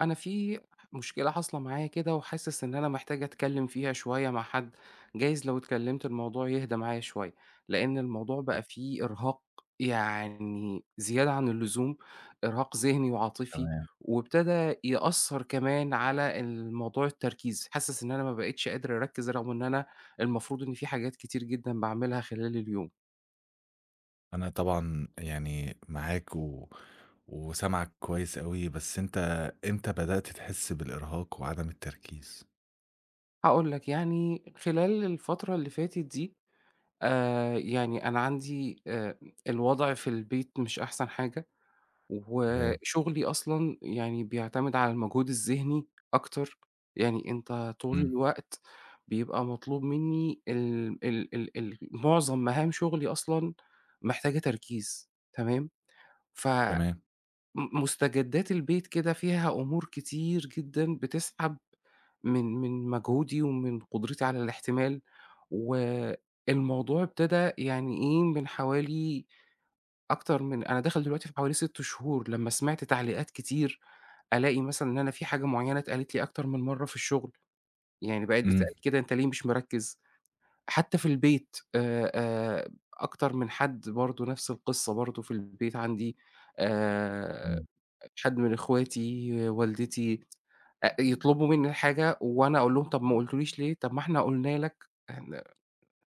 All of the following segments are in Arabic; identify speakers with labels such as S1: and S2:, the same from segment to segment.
S1: أنا في مشكلة حاصلة معايا كده وحاسس إن أنا محتاج أتكلم فيها شوية مع حد، جايز لو اتكلمت الموضوع يهدى معايا شوية، لأن الموضوع
S2: أيوه.
S1: بقى فيه إرهاق يعني زيادة عن اللزوم، إرهاق ذهني وعاطفي،
S2: تمام.
S1: وابتدى يأثّر كمان على الموضوع التركيز، حاسس إن أنا ما بقيتش قادر أركّز رغم إن أنا المفروض إن في حاجات كتير جدًا باعملها خلال اليوم.
S2: أنا طبعًا يعني معاك و وسامعك كويس أوي، بس أنت إمتى بدأت تحس بالإرهاق وعدم التركيز؟
S1: هاقول لك يعني خلال الفترة اللي فاتت دي يعني أنا عندي الوضع في البيت مش أحسن حاجة،
S2: تمام.
S1: وشغلي أصلًا يعني بيعتمد على المجهود الذهني أكتر، يعني أنت طول
S2: إمم.
S1: الوقت بيبقى مطلوب مني ال ال ال ال معظم مهام شغلي أصلًا محتاجة تركيز تمام، فم
S2: تمام.
S1: مستجدات البيت كده فيها أمور كتير جدًا بتسحب من مجهودي ومن قدرتي على الاحتمال، والموضوع ابتدى يعني إيه، من حوالي أكتر من أنا داخل دلوقتي في حوالي 6 شهور، لمّا سمعت تعليقات كتير، ألاقي مثلًا إن أنا في حاجة معيّنة اتقالت لي أكتر من مرّة في الشغل، يعني بقِت
S2: إمم.
S1: بتتقال كده أنت ليه مش مركّز، حتى في البيت أكتر من حد برضه نفس القصة برضه في البيت عندي آآ
S2: إمم.
S1: حد من إخواتي، والدتي، يطلبوا منّي حاجة وأنا أقول لهم: "طَب ما قلتوليش ليه؟ طَب ما إحنا قُلنا لك." إحنا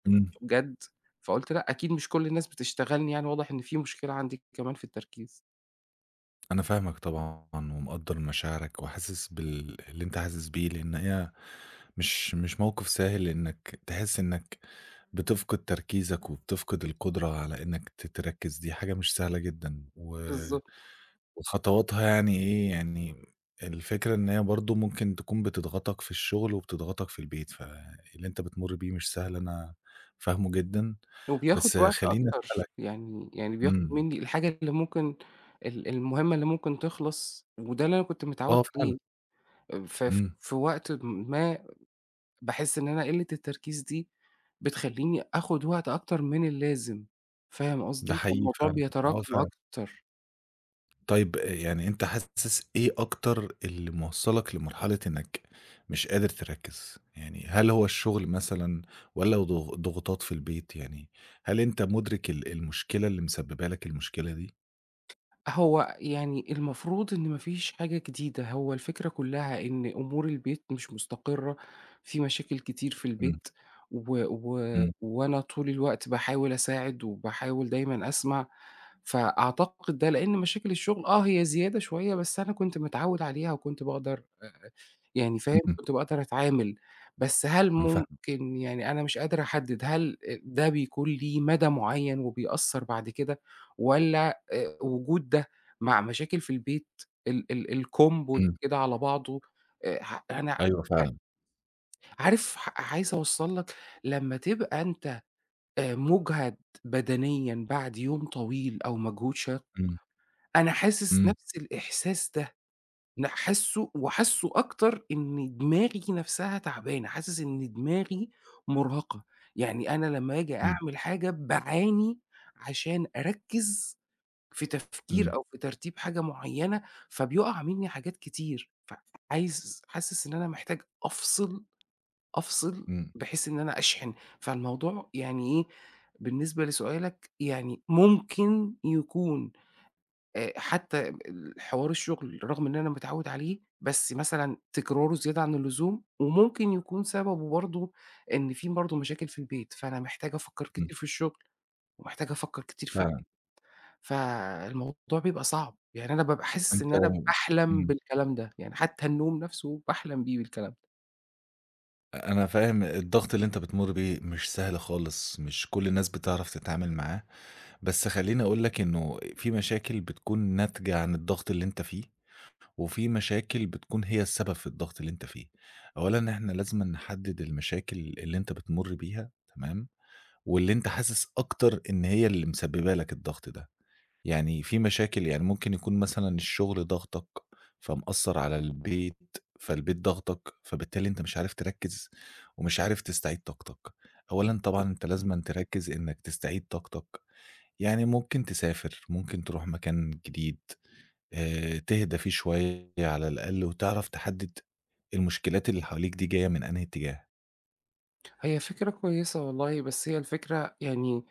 S2: إمم.
S1: بجد، فقُلت لأ، أكيد مش كل الناس بتشتغلني يعني واضح إن في مشكلة عندي كمان في التركيز.
S2: أنا فاهمك طبعًا ومقدّر مشاعرك وحاسس اللي أنت حاسس بيه، لإن هي مش موقف سهل إنّك تحس إنّك بتفقد تركيزك وبتفقد القدرة على إنّك تركّز، دي حاجة مش سهلة جدًا و
S1: بالضبط.
S2: وخطواتها يعني إيه، يعني الفكرة إن هي برضه ممكن تكون بتضغطك في الشغل وبتضغطك في البيت، فاللي أنت بتمُر بيه مش سهل أنا فاهمه جدًا،
S1: وبياخد
S2: بس
S1: وقت
S2: خلّيني
S1: أكتر،
S2: أسألك.
S1: يعني بياخد
S2: إمم.
S1: منّي الحاجة اللي ممكن المهمة اللي ممكن تخلص وده اللي أنا كنت متعوّد
S2: آه فعلًا.
S1: عليه، ف ف
S2: إمم.
S1: في وقت ما باحس إن أنا قِلّة التركيز دي بتخلّيني آخُد وقت أكتر من اللازم، فاهم
S2: ده
S1: قصدي؟
S2: حقيقي
S1: فالموضوع
S2: فعلًا، آه
S1: بيتراكم
S2: فعلًا.
S1: أكتر.
S2: طيب يعني أنت حاسس إيه أكتر اللي موصّلك لمرحلة إنّك مش قادر تركّز؟ يعني هل هو الشغل مثلًا والّا ضغوطات في البيت يعني؟ هل أنت مُدرك المشكلة اللي مسبّبة لك المشكلة دي؟
S1: هو يعني المفروض إن ما فيش حاجة جديدة، هو الفكرة كُلّها إن أمور البيت مش مستقرة، في مشاكل كتير في
S2: إمم.
S1: البيت و و
S2: إمم.
S1: وأنا طول الوقت باحاول أساعد وباحاول دايمًا أسمع، فأعتقد ده لإن مشاكل الشُغل آه، هي زيادة شوية، بس أنا كنت متعوِّد عليها وكنت باقدر يعني فاهم،
S2: إمم.
S1: كنت باقدر أتعامل، بس هل
S2: أنا فاهمك.
S1: ممكن يعني أنا مش قادر أحدد هل ده بيكون ليه مدى معيّن وبيأثّر بعد كده والّا وجود ده مع مشاكل في البيت ال ال الCombo ده
S2: إمم.
S1: كده على بعضه ح أنا
S2: أيوه
S1: ع
S2: فعلًا.
S1: عارف عايز أوصّل لك لمّا تبقى أنت مُجهَد بدنيًا بعد يوم طويل أو مجهود شاق،
S2: إمم.
S1: أنا حاسس
S2: إمم.
S1: نَفْس الإحساس ده لأ حاسُّه وحاسُّه أكتر إن دماغي نفسها تعبانة، حاسس إن دماغي مُرهَقة، يعني أنا لمّا آجي
S2: إمم.
S1: أعمل حاجة باعاني عشان أركِّز في
S2: إمم.
S1: تفكير أو في ترتيب حاجة معيّنة، فبيُقع منّي حاجات كتير، فعايز حاسس إن أنا محتاج أفصِل، أفصِل
S2: إمم.
S1: بحيث إن أنا أشحن، فالموضوع يعني إيه، بالنسبة لسؤالك يعني ممكن يكون حتى حوار الشغل رغم إن أنا متعوّد عليه، بس مثلًا تكراره زيادة عن اللزوم، وممكن يكون سببه برضه إن في برضه مشاكل في البيت، فأنا محتاج أفكّر
S2: إمم.
S1: كتير في الشغل، ومحتاج أفكّر كتير في
S2: فعلًا.
S1: البيت، فالموضوع بيبقى صعب، يعني أنا بابقى حاسس إن
S2: أنت
S1: أنا باحلم
S2: إمم.
S1: بالكلام ده، يعني حتى النوم نفسه باحلم بيه بالكلام ده.
S2: أنا فاهم الضغط اللي أنت بتمُر بيه مش سهل خالص، مش كل الناس بتعرف تتعامل معاه، بس خلّيني أقول لك إنه في مشاكل بتكون ناتجة عن الضغط اللي أنت فيه، وفي مشاكل بتكون هي السبب في الضغط اللي أنت فيه. أولًا إحنا لازمًا نحدد المشاكل اللي أنت بتمُر بيها، تمام، واللي أنت حاسس أكتر إن هي اللي مسببة لك الضغط ده. يعني في مشاكل يعني ممكن يكون مثلًا الشغل ضاغطك، فمأثّر على البيت، فالبيت ضاغطك، فبالتالي أنت مش عارف تركّز ومش عارف تستعيد طاقتك. أولًا طبعًا أنت لازمًا تركّز إنّك تستعيد طاقتك، يعني ممكن تسافر، ممكن تروح مكان جديد، تهدى فيه شوية على الأقل وتعرف تحدّد المشكلات اللي حواليك دي جاية من أنهي اتجاه.
S1: هي فكرة كويسة والله، بس هي الفكرة يعني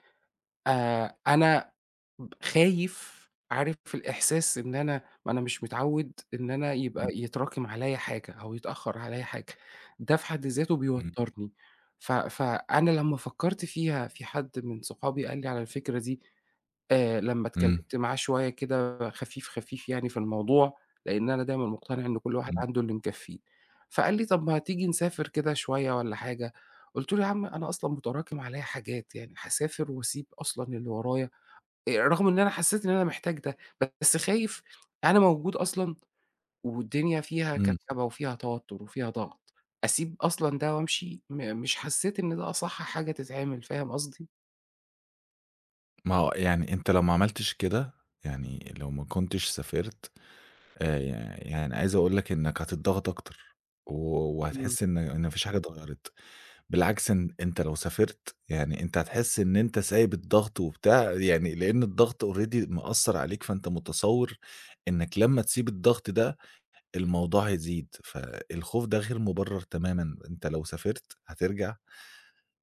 S1: أنا ب خايف، عارف الإحساس إن أنا ما أنا مش متعوّد إن أنا يبقى يتراكم عليّا حاجة أو يتأخّر عليّا حاجة، ده في حد ذاته
S2: إمم.
S1: بيوتّرني. فأنا لمّا فكّرت فيها في حد من صحابي قال لي على الفكرة دي، لمّا
S2: إمم.
S1: اتكلّمت معاه شوية كده خفيف، خفيف يعني في الموضوع، لإن أنا دايمًا مقتنع إن كل واحد
S2: إمم.
S1: عنده اللي مكفّيه. فقال لي: "طَب ما تيجي نسافر كده شوية والّا حاجة؟" قُلت له: "يا عم أنا أصلًا متراكم عليّا حاجات، يعني هاسافر وأسيب أصلًا اللي ورايا؟" رغم إن أنا حسّيت إن أنا محتاج ده، بس خايف أنا موجود أصلًا والدنيا فيها
S2: إمم.
S1: كركبة وفيها توتُّر وفيها ضغط، أسيب أصلًا ده وأمشي؟ مش حسّيت إن ده أصح حاجة تتعمل، فاهم قصدي؟
S2: ما هو يعني أنت لو ما عملتش كده، يعني لو ما كنتش سافرت ي يعني عايز أقول لك إنك هتتضغط أكتر، و
S1: إمم،
S2: وهتحس إن ما فيش حاجة اتغيّرت، بالعكس إن أنت لو سافرت يعني أنت هتحس إن أنت سايب الضغط وبتاع، يعني لإن الضغط already مأثّر عليك، فأنت متصوّر إنك لمّا تسيب الضغط ده الموضوع هيزيد، فالخوف ده غير مُبرّر تمامًا، أنت لو سافرت هترجع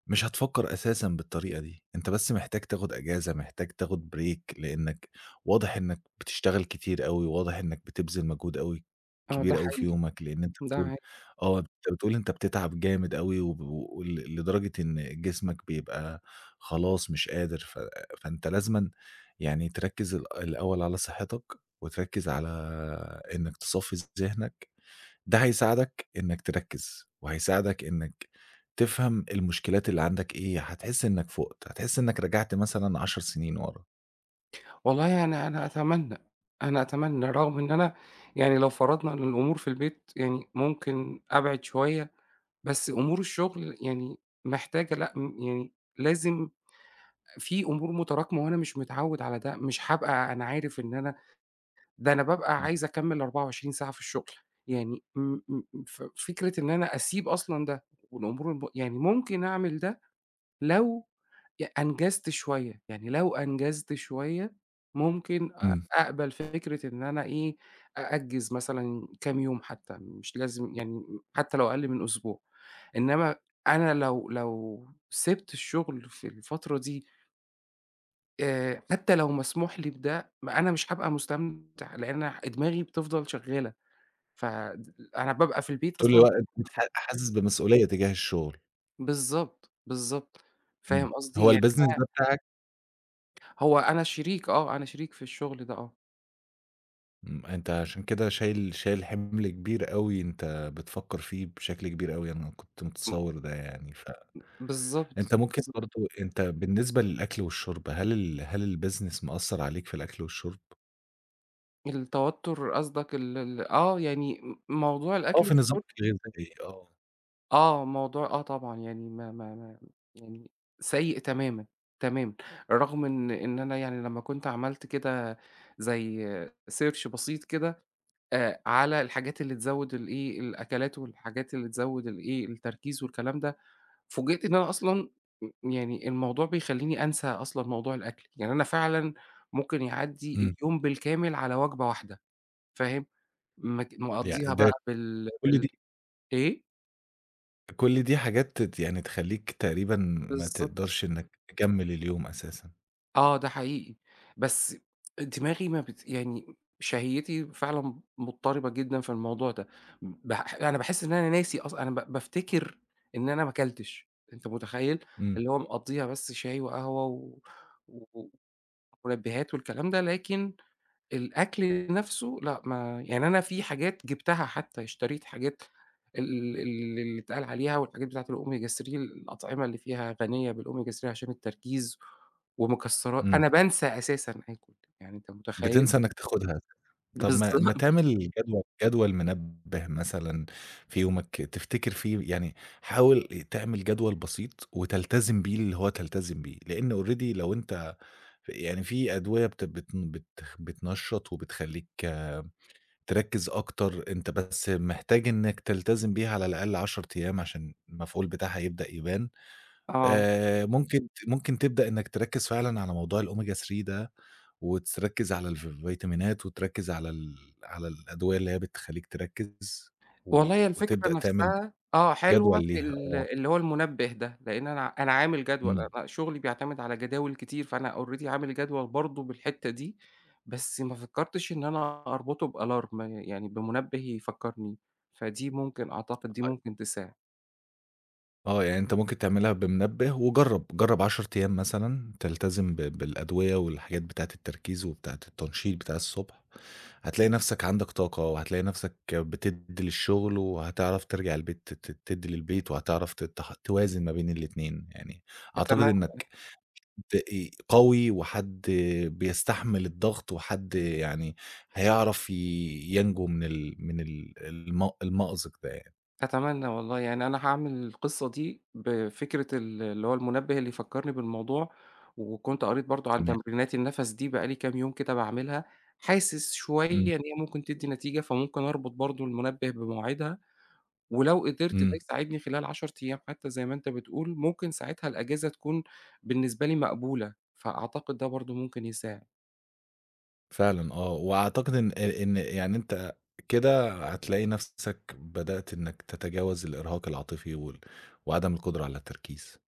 S2: مش هتفكّر أساسًا بالطريقة دي، أنت بس محتاج تاخد أجازة، محتاج تاخد بريك، لإنّك واضح إنّك بتشتغل كتير أوي، واضح إنّك بتبذل مجهود أوي
S1: آه ده
S2: كبير أوي في
S1: حقيقي،
S2: يومك، لإن أنت
S1: ده
S2: بتقول
S1: حقيقي.
S2: آه، أنت بتقول أنت بتتعب جامد أوي وب و- ول لدرجة إن جسمك بيبقى خلاص مش قادر، فأنت لازمًا يعني تركّز الأول على صحّتك وتركّز على إنّك تصفّي ذهنك ده هيساعدك إنك تركّز، وهيساعدك إنك تفهم المشكلات اللي عندك إيه، هتحس إنك فُقت، هتحس إنك رجعت مثلًا 10 سنين ورا.
S1: والله أنا أتمنى، أنا أتمنى رغم إن أنا يعني لو فرضنا إن الأمور في البيت يعني ممكن أبعد شوية، بس أمور الشغل يعني محتاجة لأ، يعني لازم في أمور متراكمة وأنا مش متعوّد على ده، مش هابقى أنا عارف إن أنا ده أنا بابقى
S2: إمم.
S1: عايز أكمّل 24 ساعة في الشغل، يعني م م م- ف فكرة إن أنا أسيب أصلًا ده والأمور الب يعني ممكن أعمل ده لو أنجزت شوية، يعني لو أنجزت شوية ممكن
S2: إمم.
S1: أقبل فكرة إن أنا إيه، أأجّز مثلًا كام يوم حتى، مش لازم يعني حتى لو أقل من أسبوع، إنّما أنا لو سِبت الشغل في الفترة دي حتى لو مسموح لي بده، ما أنا مش هابقى مستمتع، لإن أنا دماغي بتفضل شغالة، ف د أنا بابقى في البيت
S2: طول
S1: أصلًا
S2: الوقت
S1: بافكر في
S2: حاسس بمسؤولية تجاه الشغل.
S1: بالضبط، بالضبط،
S2: إمم.
S1: فاهم قصدي؟
S2: هو
S1: يعني
S2: الbusiness
S1: أنا
S2: ده بتاعك.
S1: أنا شريك آه، أنا شريك في الشغل ده آه،
S2: إمم، أنت عشان كده شايل حِمل كبير أوي، أنت بتفكّر فيه بشكل كبير أوي، أنا كنت
S1: م
S2: متصوّر ده يعني، فأنت
S1: بالضبط،
S2: ممكن
S1: بالضبط،
S2: برضه أنت بالنسبة للأكل والشُرب، هل الbusiness مأثّر عليك في الأكل والشُرب؟
S1: التوتر قصدك ال ال آه، يعني موضوع
S2: آه،
S1: الأكل
S2: في نظامك
S1: والشرب
S2: الغذائي، آه.
S1: آه، موضوع آه طبعًا، يعني ما يعني سيء تمامًا، تمامًا، رغم إن أنا يعني لمّا كنت عملت كده زي search بسيط كده على الحاجات اللي تزوّد الإيه، الأكلات والحاجات اللي تزوّد الإيه، التركيز والكلام ده، فوجئت إن أنا أصلًا يعني الموضوع بيخلّيني أنسى أصلًا موضوع الأكل، يعني أنا فعلًا ممكن يعدّي
S2: إمم.
S1: اليوم بالكامل على وجبة واحدة، فاهم؟
S2: يعني
S1: مقضّيها بقى
S2: ده
S1: بال
S2: كل
S1: بال
S2: دي
S1: إيه؟
S2: كل دي حاجات يعني تخلّيك تقريبًا ما
S1: بالضبط.
S2: تقدرش إنّك تكمّل اليوم أساسًا.
S1: آه، ده حقيقي، بس دماغي ما بت يعني شهيتي فعلًا مضطربة جدًا في الموضوع ده، أنا باحس إن أنا ناسي أصلًا أنا بافتكر إن أنا ما أكلتش، أنت متخيّل؟
S2: إمم.
S1: اللي هو مقضّيها بس شاي وقهوة و و ومنبهات والكلام ده، لكن الأكل نَفْسه لأ، ما يعني أنا في حاجات جِبتها حتى، اشتريت حاجات ال ال اللي اتقال عليها والحاجات بتاعة الOmega 3 الأطعمة اللي فيها غنية بالOmega 3 عشان التركيز ومكسرات،
S2: إمم.
S1: أنا بانسى أساسًا آكُل، يعني أنت متخيّل؟
S2: بتنسى إنّك تاخدها. طب ما
S1: بالضبط،
S2: تعمل جدول منبه مثلًا في يومك تفتكر فيه يعني حاول تعمل جدول بسيط وتلتزم بيه اللي هو تلتزم بيه، لإن already لو أنت يعني في أدوية بت بت بت بتنشّط وبتخلّيك تركّز أكتر، أنت بس محتاج إنّك تلتزم بيها على الأقل 10 أيام عشان المفعول بتاعها يبدأ يبان.
S1: آه.
S2: ممكن تبدأ إنّك تركّز فعلًا على موضوع الOmega 3 ده، وتركّز على الفيتامينات وتركّز على على الأدوية اللي هي بتخلّيك تركّز،
S1: والله هي الفكرة
S2: وتبدأ تعمل
S1: نفسها آه،
S2: جدول
S1: حلوة في
S2: ليها آه.
S1: اللي هو المنبه ده، لإن أنا عامل جدول،
S2: إمم.
S1: أنا شغلي بيعتمد على جداول كتير، فأنا already عامل جدول برضه بالحتّة دي، بس ما فكّرتش إن أنا أربطه بalarm يعني بمنبه يفكّرني، فدي ممكن أعتقد دي ممكن تساعد،
S2: آه. يعني أنت ممكن تعملها بمنبه وجرّب، جرّب 10 أيام مثلًا تلتزم بالأدوية والحاجات بتاعة التركيز وبتاعة التنشيط بتاع الصبح. هتلاقي نفسك عندك طاقة، وهتلاقي نفسك بتدّي للشغل، وهتعرف ترجع البيت ت ت تدّي للبيت، وهتعرف ت تح توازن ما بين الاتنين، يعني أعتقد
S1: أتمنى.
S2: إنك ت قوي وحد بيستحمل الضغط، وحد يعني هيعرف ينجو من ال من ال الم المأزق ده يعني،
S1: أتمنى والله، يعني أنا هاعمل القصة دي بفكرة اللي هو المنبه اللي يفكّرني بالموضوع، وكنت قريت برضه عن
S2: تمام.
S1: تمرينات النَفَس دي بقى لي كام يوم كده باعملها، حاسس
S2: إمم.
S1: شوية إن هي ممكن تدّي نتيجة، فممكن أربط برضه المنبه بمواعيدها، ولو قدرت ده
S2: إمم.
S1: يساعدني خلال 10 أيام حتى زي ما أنت بتقول، ممكن ساعتها الأجازة تكون بالنسبة لي مقبولة، فأعتقد ده برضه ممكن يساعد.
S2: فعلًا آه، وأعتقد إن يعني أنت كده هتلاقي نفسك بدأت إنك تتجاوز الإرهاق العاطفي وعدم القدرة على التركيز.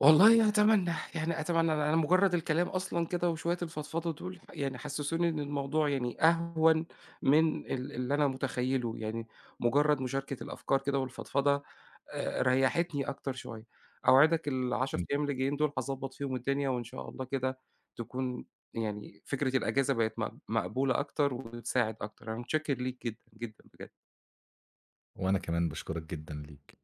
S1: والله يعني أتمنى، يعني أتمنى أنا مجرّد الكلام أصلًا كده وشوية الفضفضة دول يعني حسّسوني إن الموضوع يعني أهون من اللي أنا متخيّله، يعني مجرّد مشاركة الأفكار كده والفضفضة ريّحتني أكتر شوية. أوعدك ال10 أيام اللي جايين دول هاضبّط فيهم الدنيا وإن شاء الله كده تكون يعني فكرة الأجازة بقت مقبولة أكتر وتساعد أكتر، أنا متشكّر ليك جدًا، جدًا بجد.
S2: وأنا كمان باشكرك جدًا ليك.